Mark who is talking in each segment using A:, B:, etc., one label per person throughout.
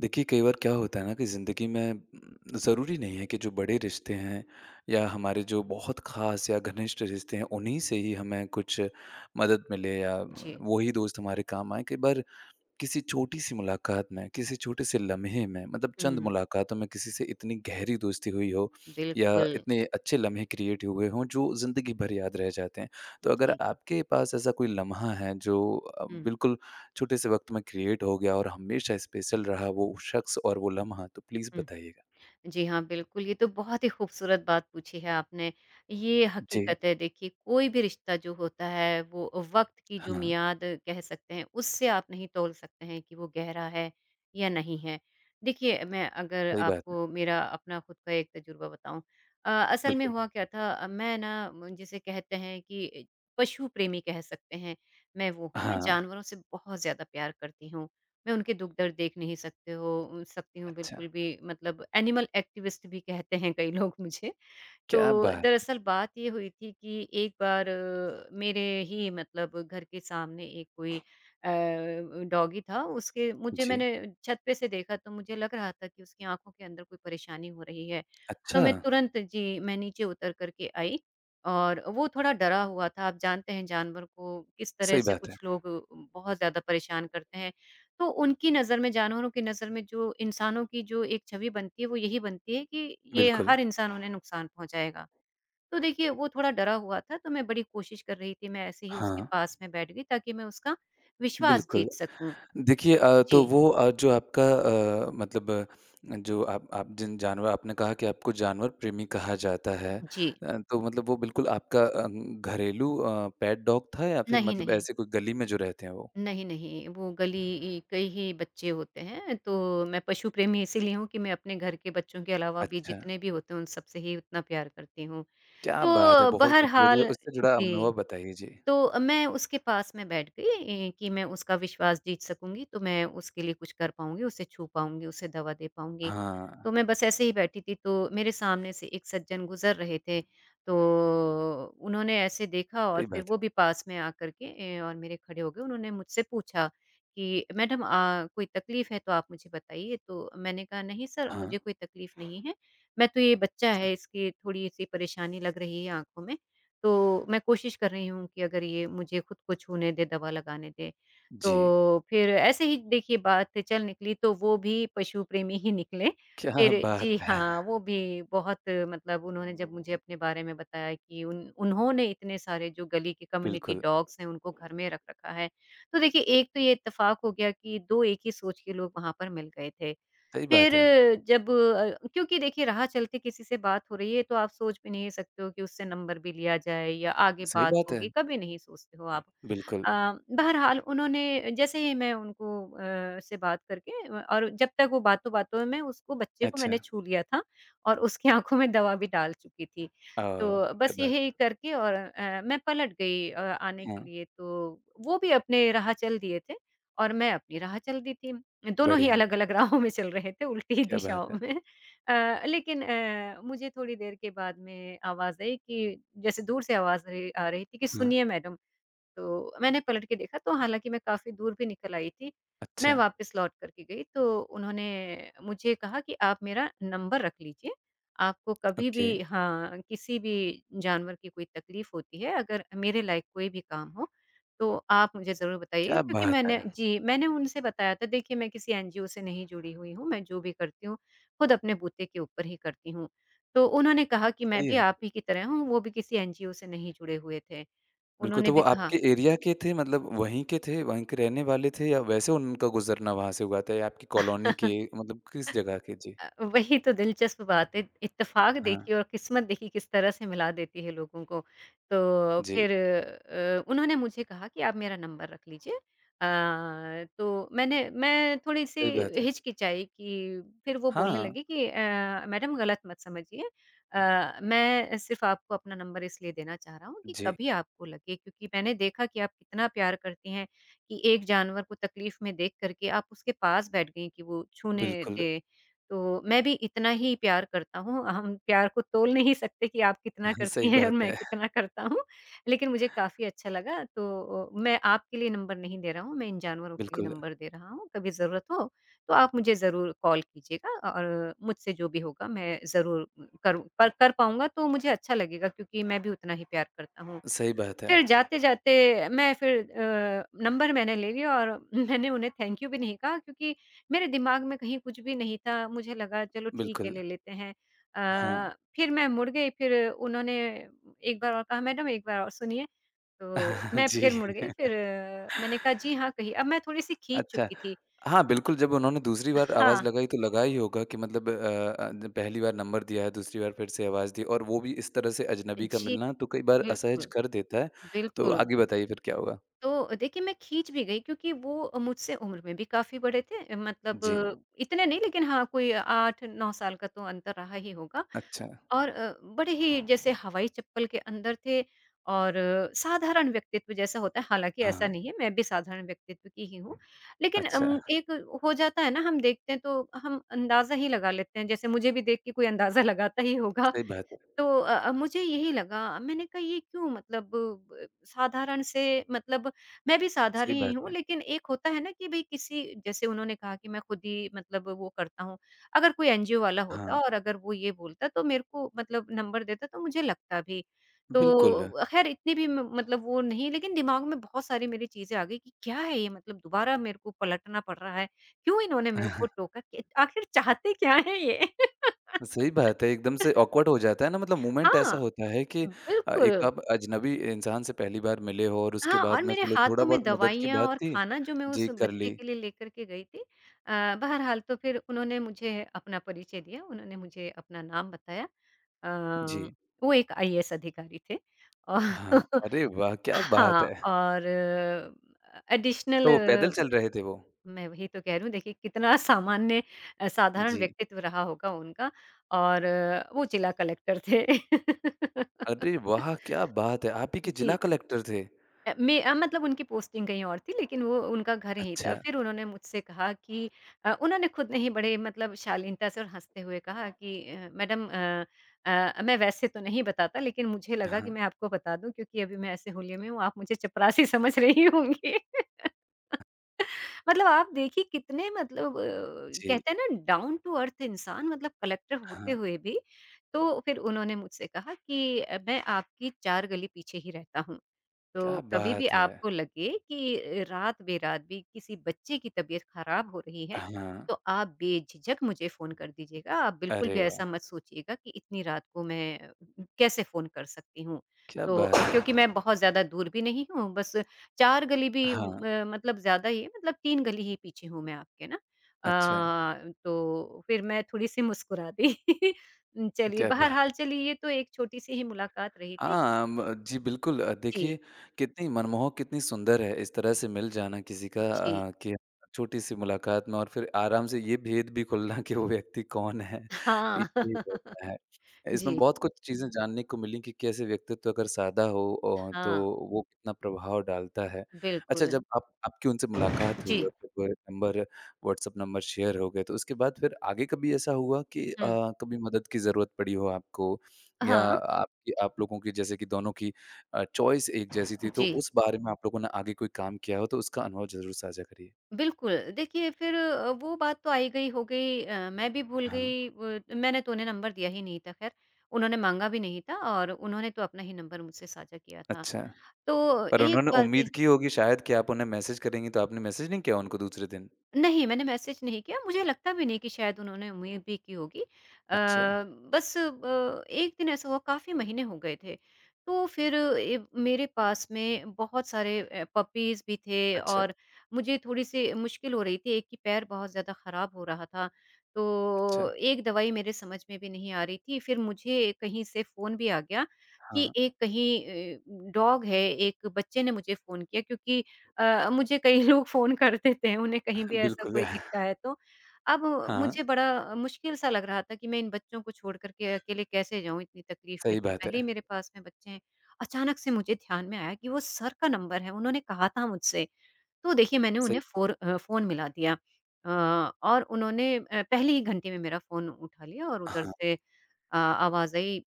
A: देखिए, कई बार क्या होता है ना कि ज़िंदगी में ज़रूरी नहीं है कि जो बड़े रिश्ते हैं या हमारे जो बहुत ख़ास या घनिष्ठ रिश्ते हैं, उन्हीं से ही हमें कुछ मदद मिले या
B: जी।
A: वो ही दोस्त हमारे काम आएँ। कई बार किसी छोटी-सी मुलाकात में, किसी छोटे-से लम्हे में मतलब चंद
B: हुँ,
A: मुलाकातों में किसी से इतनी गहरी दोस्ती हुई हो या
B: बिल्कुल।
A: इतने अच्छे लम्हे क्रिएट हुए हों जो ज़िंदगी भर याद रह जाते हैं। तो अगर
B: जी।
A: आपके पास ऐसा कोई लम्हा है जो
B: हुँ,
A: बिल्कुल छोटे से वक़्त में क्रिएट हो गया और हमेशा स्पेशल रहा वो शख्स और वो लम्हा तो प्लीज़
B: हुँ।
A: बताइएगा?
B: जी हाँ, बिल्कुल, ये तो बहुत ही खूबसूरत बात पूछी है आपने। ये
A: जी।
B: हकीकत है देखिए, कोई भी रिश्ता जो होता है वो वक़्त की जो
A: हाँ,
B: मियाद कह सकते हैं, उससे आप नहीं तोल सकते हैं कि वो गहरा है या नहीं है। देखिए, मैं अगर
A: सही बात
B: आपको
A: है।
B: मेरा अपना खुद का एक तजुर्बा बताऊँ। असल में
A: बिल्कुल।
B: हुआ क्या था। मैं ना म जिसे कहते हैं कि पशु प्रेमी कह सकते हैं, मैं वो हूँ। मैं
A: हाँ,
B: जानवरों से बहुत ज़्यादा प्यार करती हूँ। मैं उनके दुःख-दर्द देख नहीं सकती हूँ
A: अच्छा।
B: बिल्कुल भी, मतलब एनिमल एक्टिविस्ट भी कहते हैं कई लोग मुझे। तो
A: क्या बात!
B: दरअसल बात ये हुई थी कि एक बार मेरे ही मतलब घर के सामने एक कोई डॉगी था, उसके मुझे
A: जी।
B: मैंने छत पे से देखा तो मुझे लग रहा था कि उसकी आँखों के अंदर कोई परेशानी हो रही है। तो
A: अच्छा,
B: मैं तुरंत, जी, मैं नीचे उतर कर के आई और वो थोड़ा डरा हुआ था। आप जानते हैं जानवर को किस तरह
A: सही
B: से
A: बात है।
B: कुछ लोग बहुत ज़्यादा परेशान करते हैं। तो उनकी नज़र में, जानवरों की नज़र में जो इंसानों की जो एक छवि बनती है, वो यही बनती है कि ये
A: बिल्कुल।
B: हर इंसान उन्हें नुकसान पहुँचाएगा। तो देखिए वो थोड़ा डरा हुआ था, तो मैं बड़ी कोशिश कर रही थी, मैं ऐसे ही उसके
A: हाँ,
B: पास में बैठ गई ताकि मैं उसका विश्वास
A: बिल्कुल।
B: जीत सकूँ।
A: देखिए तो
B: जी,
A: वो जो आपका मतलब जो आप जिन जानवर आपने कहा कि आपको जानवर प्रेमी कहा जाता है
B: जी।
A: तो मतलब वो बिल्कुल आपका घरेलू पेट डॉग था या फिर
B: नहीं,
A: मतलब
B: नहीं।
A: ऐसे कोई गली में जो रहते हैं वो?
B: नहीं, नहीं, वो गली के ही बच्चे होते हैं, तो मैं पशु प्रेमी इसीलिए हूँ कि मैं अपने घर के बच्चों के अलावा भी
A: अच्छा,
B: जितने भी होते हैं, उन सबसे ही उतना प्यार करती हूँ।
A: क्या बात है!
B: तो
A: बहुत खूबसूरत है,
B: बहरहाल,
A: उससे जुड़ा
B: जी।
A: अनुभव बताइए? जी।
B: तो मैं उसके पास में बैठ गई कि मैं उसका विश्वास जीत सकूँगी, तो मैं उसके लिए कुछ कर पाऊँगी, उसे छू पाऊँगी, उसे दवा दे पाऊँगी।
A: हाँ,
B: तो मैं बस ऐसे ही बैठी थी, तो मेरे सामने से एक सज्जन गुज़र रहे थे, तो उन्होंने ऐसे देखा और
A: सही
B: फिर
A: बात है।
B: वो भी पास में आकर के मेरे खड़े हो गए। उन्होंने मुझसे पूछा कि, "मैडम कोई तकलीफ़ है तो आप मुझे बताइए।" तो मैंने कहा, "नहीं सर,
A: हाँ,
B: मुझे कोई तकलीफ़ नहीं है। मैं तो ये बच्चा है, इसकी थोड़ी-सी परेशानी लग रही है आँखों में, तो मैं कोशिश कर रही हूँ कि अगर ये मुझे खुद को छूने दे, दवा लगाने दे।
A: जी।
B: तो फिर ऐसे ही देखिए बात चल निकली तो वो भी पशु प्रेमी ही निकले।
A: क्या
B: फिर
A: बात
B: जी
A: है!
B: हाँ, वो भी बहुत, मतलब उन्होंने जब मुझे अपने बारे में बताया कि उन उन्होंने इतने सारे जो गली के कम्युनिटी
A: बिल्कुल,
B: डॉग्स हैं उनको घर में रख रखा है। तो देखिए एक तो ये इत्तेफ़ाक हो गया कि 2 एक ही सोच के लोग वहाँ पर मिल गए थे।
A: सही
B: फिर
A: बात है।
B: जब क्योंकि देखिए राह चलते किसी से बात हो रही है तो आप सोच भी नहीं सकते हो कि उससे नंबर भी लिया जाए या आगे
A: सही
B: बात
A: बात है,
B: होगी, कभी नहीं सोचते हो आप।
A: बिल्कुल।
B: अ, बहरहाल उन्होंने जैसे ही, मैं उनको से बात करके और जब तक वो बातों बातों में उसको बच्चे को
A: अच्छा,
B: मैंने छू लिया था और उसकी आंखों में दवा भी डाल चुकी थी,
A: ओह!
B: तो
A: क्या
B: बस
A: बात
B: यही करके और मैं पलट गई आने
A: हाँ,
B: के लिए, तो वो भी अपने राह चल दिए थे और मैं अपनी राह चल दी थी, दोनों ही
A: बढ़िया,
B: अलग-अलग राहों में चल रहे थे, उल्टी
A: क्या
B: दिशाओं
A: बात है!
B: में। लेकिन मुझे थोड़ी देर के बाद में आवाज़ आई कि जैसे दूर से आवाज़ रही आ रही थी कि
A: हाँ,
B: सुनिए मैडम। तो मैंने पलट के देखा, तो हालाँकि मैं काफ़ी दूर भी निकल आई थी। मैं
A: अच्छा।
B: वापस लौट कर के गई तो उन्होंने मुझे कहा कि आप मेरा नंबर रख लीजिए, आपको कभी
A: ओके,
B: भी, हाँ, किसी भी जानवर की कोई तकलीफ़ होती है, अगर मेरे लायक कोई भी काम हो, तो आप मुझे ज़रूर बताइए,
A: क्या
B: क्योंकि
A: बात है!
B: मैंने, जी, मैंने उनसे बताया था देखिए मैं किसी एनजीओ से नहीं जुड़ी हुई हूँ, मैं जो भी करती हूँ, खुद अपने बूते के ऊपर ही करती हूँ। तो उन्होंने कहा कि मैं
A: सही
B: भी
A: है।
B: आप ही की तरह हूँ, वो भी किसी एनजीओ से नहीं जुड़े हुए थे।
A: बिल्कुल,
B: उन्होंने
A: तो वो
B: भी कहा
A: आपके एरिया के थे मतलब वहीं के थे, वहीं के रहने वाले थे या वैसे उनका गुज़रना वहाँ से हुआ था या आपकी कॉलोनी के मतलब किस जगह के? जी।
B: वही तो दिलचस्प बात है। इत्तेफ़ाक
A: हाँ,
B: देखिए और किस्मत देखिए किस तरह से मिला देती है लोगों को। तो
A: जी,
B: फिर उन्होंने मुझे कहा कि आप मेरा नंबर रख लीजिए। अ, तो मैं थोड़ी-सी
A: सही बात है।
B: हिचकिचाई, कि फिर वो बोलने
A: हाँ,
B: लगी कि मैडम गलत मत समझिए। मैं सिर्फ़ आपको अपना नंबर इसलिए देना चाह रहा हूँ कि
A: जी,
B: कभी आपको लगे, क्योंकि मैंने देखा कि आप कितना प्यार करती हैं कि एक जानवर को तकलीफ़ में देख कर के आप उसके पास बैठ गईं कि वो छूने
A: बिल्कुल।
B: दे। तो मैं भी इतना ही प्यार करता हूँ। हम प्यार को तोल नहीं सकते कि आप कितना
A: हाँ,
B: करती
A: सही
B: हैं और
A: बात
B: मैं
A: है।
B: कितना करता हूँ। लेकिन मुझे काफ़ी अच्छा लगा, तो मैं आपके लिए नंबर नहीं दे रहा हूँ, मैं इन जानवरों के लिए
A: बिल्कुल,
B: नंबर दे रहा हूँ। कभी ज़रूरत हो तो आप मुझे ज़रूर कॉल कीजिएगा और मुझसे जो भी होगा मैं ज़रूर कर पाऊँगा, तो मुझे अच्छा लगेगा क्योंकि मैं भी उतना ही प्यार करता हूँ।
A: सही बात है।
B: फिर जाते-जाते मैं फिर नंबर मैंने ले लिया और मैंने उन्हें थैंक यू भी नहीं कहा, क्योंकि मेरे दिमाग में कहीं कुछ भी नहीं था। मुझे लगा चलो ठीक है
A: बिल्कुल,
B: ले लेते हैं।
A: हाँ,
B: फिर मैं मुड़ गई, फिर उन्होंने एक बार और कहा, मैडम एक बार और सुनिए। तो मैं
A: जी।
B: फिर मुड़ गई, फिर मैंने कहा जी हाँ कहिए। अब मैं थोड़ी-सी खींच
A: अच्छा।
B: चुकी थी
A: हाँ,
B: क्योंकि
A: बिल्कुल, जब उन्होंने दूसरी बार आवाज़
B: हाँ,
A: लगाई तो लगा ही होगा कि मतलब ज पहली बार नंबर दिया है, दूसरी बार फिर से आवाज़ दी और वो भी इस तरह से अजनबी का
B: जी
A: मिलना तो कई बार असहज
B: बिल्कुल,
A: कर देता है। तो
B: बिल्कुल।
A: आगे बताइए फिर क्या हुआ?
B: तो देखिए मैं खींच भी गई क्योंकि वो मुझसे उम्र में भी काफ़ी बड़े थे, मतलब
A: जी,
B: हाँ। इतने नहीं, लेकिन हाँ, कोई 8-9 साल का तो अंतर रहा ही होगा।
A: अच्छा।
B: और बड़े ही जैसे हवाई चप्पल के अंदर थे और साधारण व्यक्तित्व जैसा होता है, हालाँकि
A: हाँ,
B: ऐसा नहीं है, मैं भी साधारण व्यक्तित्व की ही हूँ। लेकिन
A: अच्छा।
B: एक हो जाता है ना, हम देखते हैं तो हम अंदाज़ा ही लगा लेते हैं, जैसे मुझे भी देख के कोई अंदाज़ा लगाता ही होगा,
A: सही बात है,
B: तो मुझे यही लगा, मैंने कहा ये क्यों मतलब ब साधारण से, मतलब मैं भी साधारण
A: सही
B: ही
A: बात
B: हूँ,
A: है।
B: लेकिन एक होता है ना कि भई किसी, जैसे उन्होंने कहा कि मैं खुद ही मतलब वो करता हूँ। अगर कोई एनजीओ वाला होता
A: हाँ,
B: और अगर वो ये बोलता तो मेरे को, मतलब नंबर देता, तो मुझे लगता भी।
A: बिल्कुल।
B: तो ख़ैर इतनी भी म मतलब वो नहीं, लेकिन दिमाग में बहुत सारी मेरी चीज़ें आ गई कि क्या है ये, मतलब दोबारा मेरे को पलटना पड़ रहा है। क्यों इन्होंने मेरे को टोका? कि आख़िर चाहते क्या हैं ये?
A: सही बात है, एकदम से ऑकवर्ड हो जाता है ना मतलब मोमेंट ऐसा
B: हाँ।
A: होता है कि एक
B: बिल्कुल।
A: आप अजनबी इंसान से पहली बार मिले हो और उसके
B: हाँ, और
A: बाद में
B: मेरे
A: चलो
B: हाथों में
A: थोड़ा-बहुत मदद की
B: दवाइयाँ
A: बात
B: और
A: थी
B: खाना जो मैं उस
A: जी, कर
B: बच्चे
A: ली।
B: के लिए लेकर के गई थी। बहरहाल तो फिर उन्होंने मुझे अपना परिचय दिया, उन्होंने मुझे अपना नाम बताया।
A: जी।
B: अ, वो एक आईएएस अधिकारी थे। औ
A: हाँ, अरे वाह! क्या बात
B: हाँ,
A: है!
B: और एडिशनल,
A: तो वो पैदल चल रहे थे वो?
B: मैं वही तो कह रही हूँ देखिए कितना सामान्य साधारण
A: जी।
B: व्यक्तित्व रहा होगा उनका, और वो जिला कलेक्टर थे।
A: अरे वाह! क्या बात है! आप ही के जिला
B: जी।
A: कलेक्टर थे?
B: मैं मतलब उनकी पोस्टिंग कहीं और थी, लेकिन वो उनका घर यहीं था।
A: अच्छा।
B: फिर उन्होंने मुझसे कहा कि उन्होंने खुद नहीं, बड़े मतलब शालीनता से और हँसते हुए कहा कि मैडम मैं वैसे तो नहीं बताता, लेकिन मुझे लगा कि
A: हाँ,
B: मैं आपको बता दूँ, क्योंकि अभी मैं ऐसे हुलिये में हूँ, आप मुझे चपरासी समझ रही होंगी। मतलब आप देखिए कितने मतलब
A: जी,
B: कहते हैं ना डाउन टू अर्थ इंसान, मतलब कलेक्टर होते
A: हाँ।
B: हुए भी। तो फिर उन्होंने मुझसे कहा कि मैं आपकी 4 गली पीछे ही रहता हूँ। तो
A: क्या
B: कभी भी
A: बात है!
B: आपको लगे कि रात बेरात भी किसी बच्चे की तबीयत खराब हो रही है,
A: हाँ।
B: तो आप बेझिझक मुझे फ़ोन कर दीजिएगा। आप बिल्कुल भी
A: अरे
B: ऐसा
A: वाह!
B: मत सोचिएगा कि इतनी रात को मैं कैसे फ़ोन कर सकती हूँ।
A: क्या
B: तो
A: बात है!
B: क्योंकि मैं बहुत ज़्यादा दूर भी नहीं हूँ, बस 4 गली भी
A: हाँ,
B: मतलब ज़्यादा ही है, मतलब 3 गली ही पीछे हूँ मैं आपके ना।
A: अच्छा।
B: तो फिर मैं थोड़ी-सी मुस्कुरा दी। चलिए,
A: क्या
B: बहरहाल
A: बात
B: चलिए ये तो एक छोटी-सी ही मुलाकात रही थी।
A: हाँ, म जी, बिल्कुल
B: जी,
A: देखिए कितनी मनमोहक, कितनी सुंदर है इस तरह से मिल जाना किसी का
B: जी।
A: कि छोटी-सी मुलाकात में और फिर आराम से ये भेद भी खुलना कि वो व्यक्ति कौन है,
B: हाँ।
A: पीछे ही बैठा है। इसमें
B: जी,
A: बहुत कुछ चीज़ें जानने को मिली कि कैसे व्यक्तित्व अगर सादा हो तो
B: हाँ,
A: वो कितना प्रभाव डालता है। अच्छा
B: बिल्कुल।
A: जब आप आपकी उनसे मुलाकात हुई
B: जी,
A: और जब नंबर व्हाट्सएप नंबर शेयर हो गए, तो उसके बाद फिर आगे कभी ऐसा हुआ कि
B: हुँ।
A: कभी मदद की ज़रूरत पड़ी हो आपको या
B: हाँ,
A: आपकी आप लोगों की जैसे कि दोनों की चॉइस एक जैसी थी, तो
B: जी,
A: उस बारे में आप लोगों ने आगे कोई काम किया हो, तो उसका अनुभव ज़रूर साझा करिए?
B: बिल्कुल। देखिए फिर वो बात तो आई गई हो गई। मैं भी भूल
A: हाँ,
B: गई, व मैंने तो उन्हें नंबर दिया ही नहीं था खैर, उन्होंने माँगा भी नहीं था और उन्होंने तो अपना ही नंबर मुझसे साझा किया था।
A: अच्छा।
B: तो
A: पर
B: एक
A: उन्होंने
B: बार
A: उम्मीद
B: की,
A: की होगी शायद कि आप उन्हें मैसेज करेंगी, तो आपने मैसेज नहीं किया उनको दूसरे दिन?
B: नहीं, मैंने मैसेज नहीं किया, मुझे लगता भी नहीं कि शायद उन्होंने उम्मीद भी की होगी।
A: अच्छा,
B: बस एक दिन ऐसा हुआ, काफ़ी महीने हो गए थे, तो फिर ए, मेरे पास में बहुत सारे पपीज़ भी थे
A: अच्छा,
B: और मुझे थोड़ी-सी मुश्किल हो रही थी, एक की पैर बहुत ज़्यादा ख़राब हो रहा था, तो
A: अच्छा।
B: एक दवाई मेरे समझ में भी नहीं आ रही थी। फिर मुझे कहीं से फ़ोन भी आ गया कि
A: हाँ,
B: एक कहीं डॉग है, एक बच्चे ने मुझे फ़ोन किया क्योंकि मुझे कई लोग फ़ोन कर देते हैं, उन्हें कहीं भी ऐसा
A: बिल्कुल।
B: कोई दिखता है तो। अब
A: हाँ,
B: मुझे बड़ा मुश्किल-सा लग रहा था कि मैं इन बच्चों को छोड़ कर के अकेले कैसे जाऊँ इतनी तकलीफ़ में,
A: सही
B: तो
A: बात
B: पहले ही
A: है।
B: मेरे पास में बच्चे हैं। अचानक से मुझे ध्यान में आया कि वो सर का नंबर है, उन्होंने कहा था मुझसे तो देखिए मैंने
A: सही
B: उन्हें फ़ोन मिला दिया। अ, और उन्होंने पहले ही घंटे में मेरा फ़ोन उठा लिया और उधर
A: हाँ,
B: से आवाज़ आई।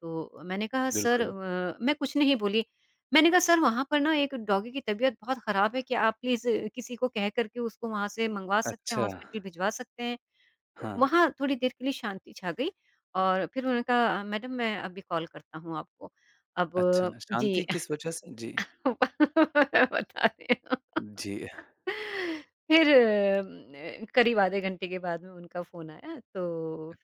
B: तो मैंने कहा सर,
A: बिल्कुल।
B: मैं कुछ नहीं बोली। मैंने कहा सर वहाँ पर ना एक डॉगी की तबीयत बहुत ख़राब है, क्या आप प्लीज़ किसी को कह कर के उसको वहाँ से मँगवा सकते हैं,
A: अच्छा,
B: हॉस्पिटल भिजवा सकते हैं? तो
A: हाँ,
B: वहाँ थोड़ी देर के लिए शांति छा गई और फिर उन्होंने कहा मैडम मैं अभी कॉल करता हूँ आपको।
A: अच्छा।
B: अब जी
A: शांति किस वजह से? जी,
B: बता रही हूँ।
A: जी,
B: फिर करीब आधे घंटे के बाद में उनका फ़ोन आया, तो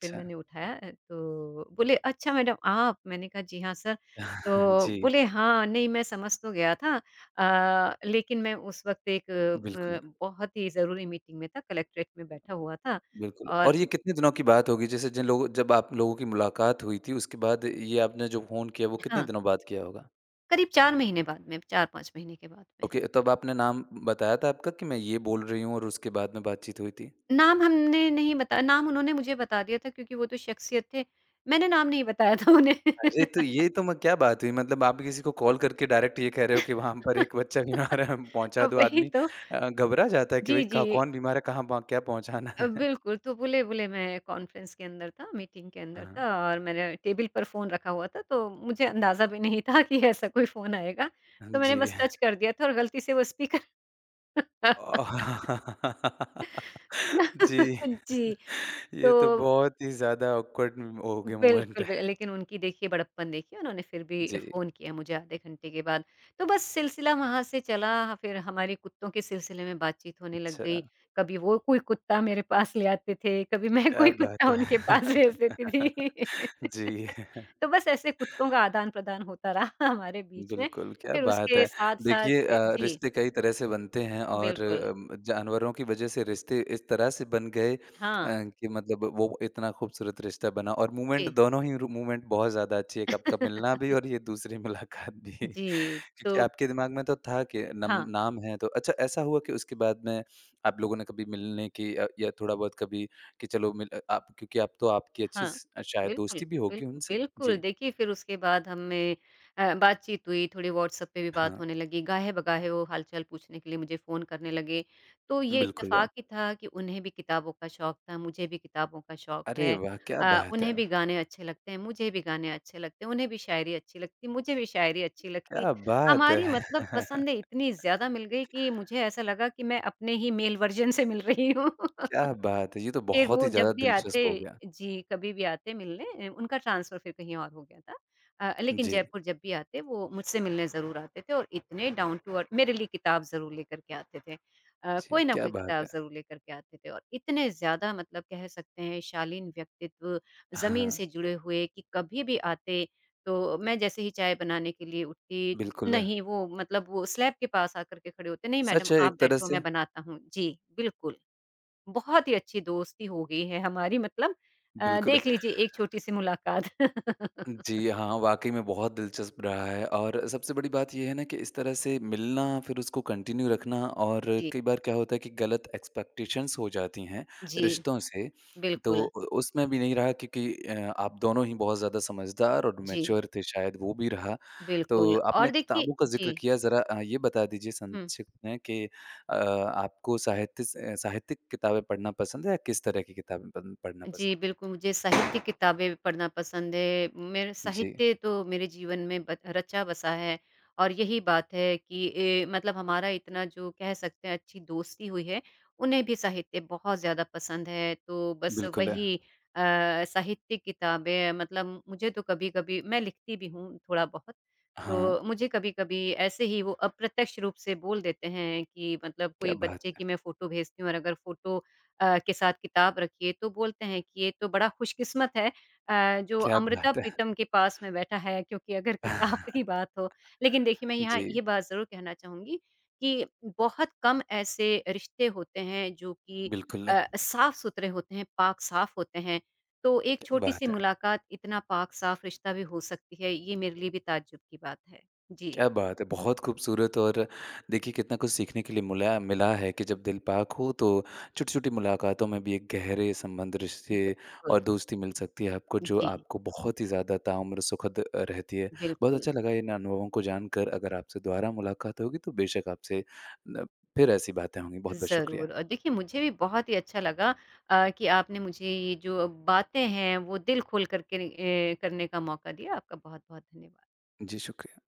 B: फिर मैंने उठाया तो बोले, "अच्छा मैडम आप?" मैंने कहा, "जी हाँ सर।" तो
A: जी,
B: बोले, "हाँ, नहीं मैं समझ तो गया था लेकिन मैं उस वक़्त एक
A: बिल्कुल।
B: बहुत ही ज़रूरी मीटिंग में था, कलेक्ट्रेट में बैठा हुआ था
A: बिल्कुल,
B: और"
A: और ये कितने दिनों की बात होगी? जैसे जिन लोगों जब आप लोगों की मुलाकात हुई थी, उसके बाद ये आपने जो फ़ोन किया, वो कितने
B: हाँ,
A: दिनों बाद किया होगा?
B: करीब 4 महीने बाद में, 4-5 महीने के बाद में।
A: ओके, तब आपने नाम बताया था आपका कि मैं ये बोल रही हूँ और उसके बाद में बातचीत हुई थी?
B: नाम हमने नहीं बताया, नाम उन्होंने मुझे बता दिया था क्योंकि वो तो शख्सियत थे, मैंने नाम नहीं बताया था उन्हें।
A: अरे! तो ये तो म क्या बात हुई? मतलब आप किसी को कॉल करके डायरेक्ट ये कह रहे हो कि वहाँ पर एक बच्चा बीमार है, पहुँचा दो
B: वही
A: आदमी
B: तो।
A: घबरा जाता है कि
B: जी,
A: भई क
B: जी।
A: कौन बीमार है, कहाँ प क्या पहुँचाना है?
B: बिल्कुल, तो बुले-बुले मैं कॉन्फ्रेंस के अंदर था, मीटिंग के अंदर
A: हाँ,
B: था और मैंने टेबल पर फ़ोन रखा हुआ था, तो मुझे अंदाज़ा भी नहीं था कि ऐसा कोई फ़ोन आएगा। तो मैंने
A: जी।
B: बस टच कर दिया था और गलती से वो स्पीकर।
A: ओ- जी।
B: जी,
A: ये तो
B: तो
A: बहुत ही ज़्यादा ऑकवर्ड हो गया मोमेंट
B: बिल्कुल, बि
A: है।
B: लेकिन उनकी देखिए बड़प्पन देखिए उन्होंने फिर भी
A: जी,
B: फ़ोन किया मुझे आधे घंटे के बाद। तो बस सिलसिला वहाँ से चला, फिर हमारे कुत्तों के सिलसिले में बातचीत होने लग गई।
A: अच्छा,
B: कभी वो कोई कुत्ता मेरे पास ले आते थे, कभी मैं कोई
A: क्या बात
B: कुत्ता उनके
A: है।
B: पास भेज देती थी।
A: जी,
B: तो बस ऐसे कुत्तों का आदान-प्रदान होता रहा हमारे बीच में।
A: बिल्कुल, क्या
B: फिर
A: बात
B: उसके
A: है।
B: साथ-साथ
A: देखिए
B: जी,
A: रिश्ते कई तरह से बनते हैं और
B: बिल्कुल।
A: जानवरों की वजह से रिश्ते इस तरह से बन गए
B: हाँ,
A: कि मतलब वो इतना खूबसूरत रिश्ता बना और मोमेंट
B: जी।
A: दोनों ही रो मोमेंट बहुत ज़्यादा अच्छी है, एक आपका मिलना भी और ये दूसरी मुलाकात भी। क्योंकि
B: जी, तो
A: आपके दिमाग में तो था कि नम
B: हाँ।
A: नाम है तो अच्छा ऐसा हुआ कि उसके बाद में आप लोगों ने कभी मिलने की या थोड़ा बहुत कभी कि चलो मिल आप क्योंकि आप तो आपकी अच्छी
B: हाँ,
A: स शायद
B: बिल्कुल,
A: दोस्ती भी होगी उनसे?
B: बिल्कुल,
A: जी।
B: देखिए फिर उसके बाद हमें बातचीत हुई, थोड़ी व्हाट्सएप पे भी बात
A: हाँ,
B: होने लगी, गाहे-बगाहे वो हाल-चाल पूछने के लिए मुझे फ़ोन करने लगे। तो ये
A: बिल्कुल।
B: इत्तेफ़ाक ही था कि उन्हें भी किताबों का शौक था, मुझे भी किताबों का शौक
A: अरे
B: है।
A: वाह! क्या बात है!
B: उन्हें भी गाने अच्छे लगते हैं, मुझे भी गाने अच्छे लगते हैं, उन्हें भी शायरी अच्छी लगती, मुझे भी शायरी अच्छी लगती।
A: क्या बात
B: हमारी
A: है!
B: मतलब पसंदें इतनी ज़्यादा मिल गई कि मुझे ऐसा लगा कि मैं अपने ही मेल वर्ज़न से मिल रही हूँ।
A: क्या बात है! ये तो
B: फिर
A: बहुत
B: वो
A: ही
B: जब
A: ज़्यादा
B: भी आते
A: दिलचस्प हो गया।
B: जी, कभी भी आते मिलने उनका ट्रांसफ़र फिर कहीं और हो गया था। लेकिन
A: जी,
B: जयपुर जब भी आते वो मुझसे मिलने ज़रूर आते थे और इतने डाउन टू अर्थ मेरे लिए किताब ज़रूर लेकर के आते थे।
A: जी,
B: कोई ना
A: क्या
B: कोई
A: बात
B: किताब
A: है!
B: ज़रूर लेकर के आते थे और इतने ज़्यादा मतलब कह सकते हैं शालीन व्यक्तित्व, ज़मीन
A: हाँ,
B: से जुड़े हुए कि कभी भी आते तो मैं जैसे ही चाय बनाने के लिए उठती,
A: बिल्कुल। है,
B: नहीं वो मतलब वो स्लैब के पास आकर के खड़े होते, "नहीं मैडम
A: सच है
B: आप
A: एक तरह
B: बैठो
A: से।
B: मैं बनाता हूँ।" जी, बिल्कुल। बहुत ही अच्छी दोस्ती हो गई है हमारी मतलब
A: बिल्कुल। है।
B: देख लीजिए एक छोटी-सी मुलाकात।
A: जी, हाँ, वाक़ई में बहुत दिलचस्प रहा है और सबसे बड़ी बात ये है ना कि इस तरह से मिलना फिर उसको कंटिन्यू रखना और
B: जी,
A: कई बार क्या होता है कि गलत एक्सपेक्टेशंस हो जाती हैं
B: जी,
A: रिश्तों से, तो
B: बिल्कुल।
A: उ उसमें भी नहीं रहा क्योंकि आप दोनों ही बहुत ज़्यादा समझदार और
B: जी,
A: मैच्योर थे शायद वो भी रहा।
B: बिल्कुल
A: तो
B: और
A: आपने
B: देखिए
A: किताबों का
B: जी,
A: ज़िक्र किया ज़रा ये बता दीजिए
B: हुँ।
A: संक्षिप्त में कि आपको साहित्य स साहित्यिक किताबें पढ़ना पसंद है या किस तरह की किताबें पन पढ़ना
B: जी,
A: पसंद?
B: बिल्कुल, मुझे साहित्य किताबें पढ़ना पसंद है। मेरे
A: है? जी,
B: साहित्य तो मेरे जीवन में ब रचा बसा है और यही बात है कि मतलब हमारा इतना जो कह सकते हैं अच्छी दोस्ती हुई है, उन्हें भी साहित्य बहुत ज़्यादा पसंद है। तो बस
A: बिल्कुल। है।
B: वही अ, साहित्य किताबें मतलब मुझे तो कभी-कभी मैं लिखती भी हूँ थोड़ा-बहुत,
A: हाँ,
B: तो मुझे कभी-कभी ऐसे ही वो अप्रत्यक्ष रूप से बोल देते हैं कि मतलब
A: क्या
B: कोई बच्चे
A: बात!
B: की मैं फ़ोटो भेजती हूँ और अगर फ़ोटो के साथ किताब रखी है, तो बोलते हैं कि ये तो बड़ा खुशकिस्मत है जो
A: क्या
B: अमृता
A: बात है!
B: प्रीतम के पास में बैठा है क्योंकि अगर किताब की बात हो। लेकिन देखिए मैं यहाँ ये
A: जी,
B: बात ज़रूर कहना चाहूँगी कि बहुत कम ऐसे रिश्ते होते हैं जो कि
A: बिल्कुल,
B: साफ-सुथरे होते हैं, पाक-साफ होते हैं। तो एक
A: क्या
B: छोटी-सी
A: बात है!
B: मुलाकात इतना पाक-साफ रिश्ता भी हो सकती है, ये मेरे लिए भी ताज्जुब की बात है। जी।
A: क्या बात है! बहुत खूबसूरत और देखिए कितना कुछ सीखने के लिए मुला मिला है कि जब दिल पाक हो तो छोटी-छोटी मुलाकातों में भी एक गहरे संबंध, रिश्ते
B: बिल्कुल।
A: और दोस्ती मिल सकती है आपको जो
B: जी,
A: आपको बहुत ही ज़्यादा ताउम्र सुखद रहती है। बहुत
B: बिल्कुल।
A: अच्छा लगा इन अनुभवों को जानकर। अगर आपसे दोबारा मुलाकात होगी तो बेशक आपसे न फिर ऐसी बातें होंगी। बहुत-बहुत
B: ज़रूर
A: शुक्रिया।
B: और देखिए मुझे भी बहुत ही अच्छा लगा कि आपने मुझे ये जो बातें हैं वो दिल खोल करके करने का मौका दिया। आपका बहुत-बहुत धन्यवाद।
A: जी, शुक्रिया।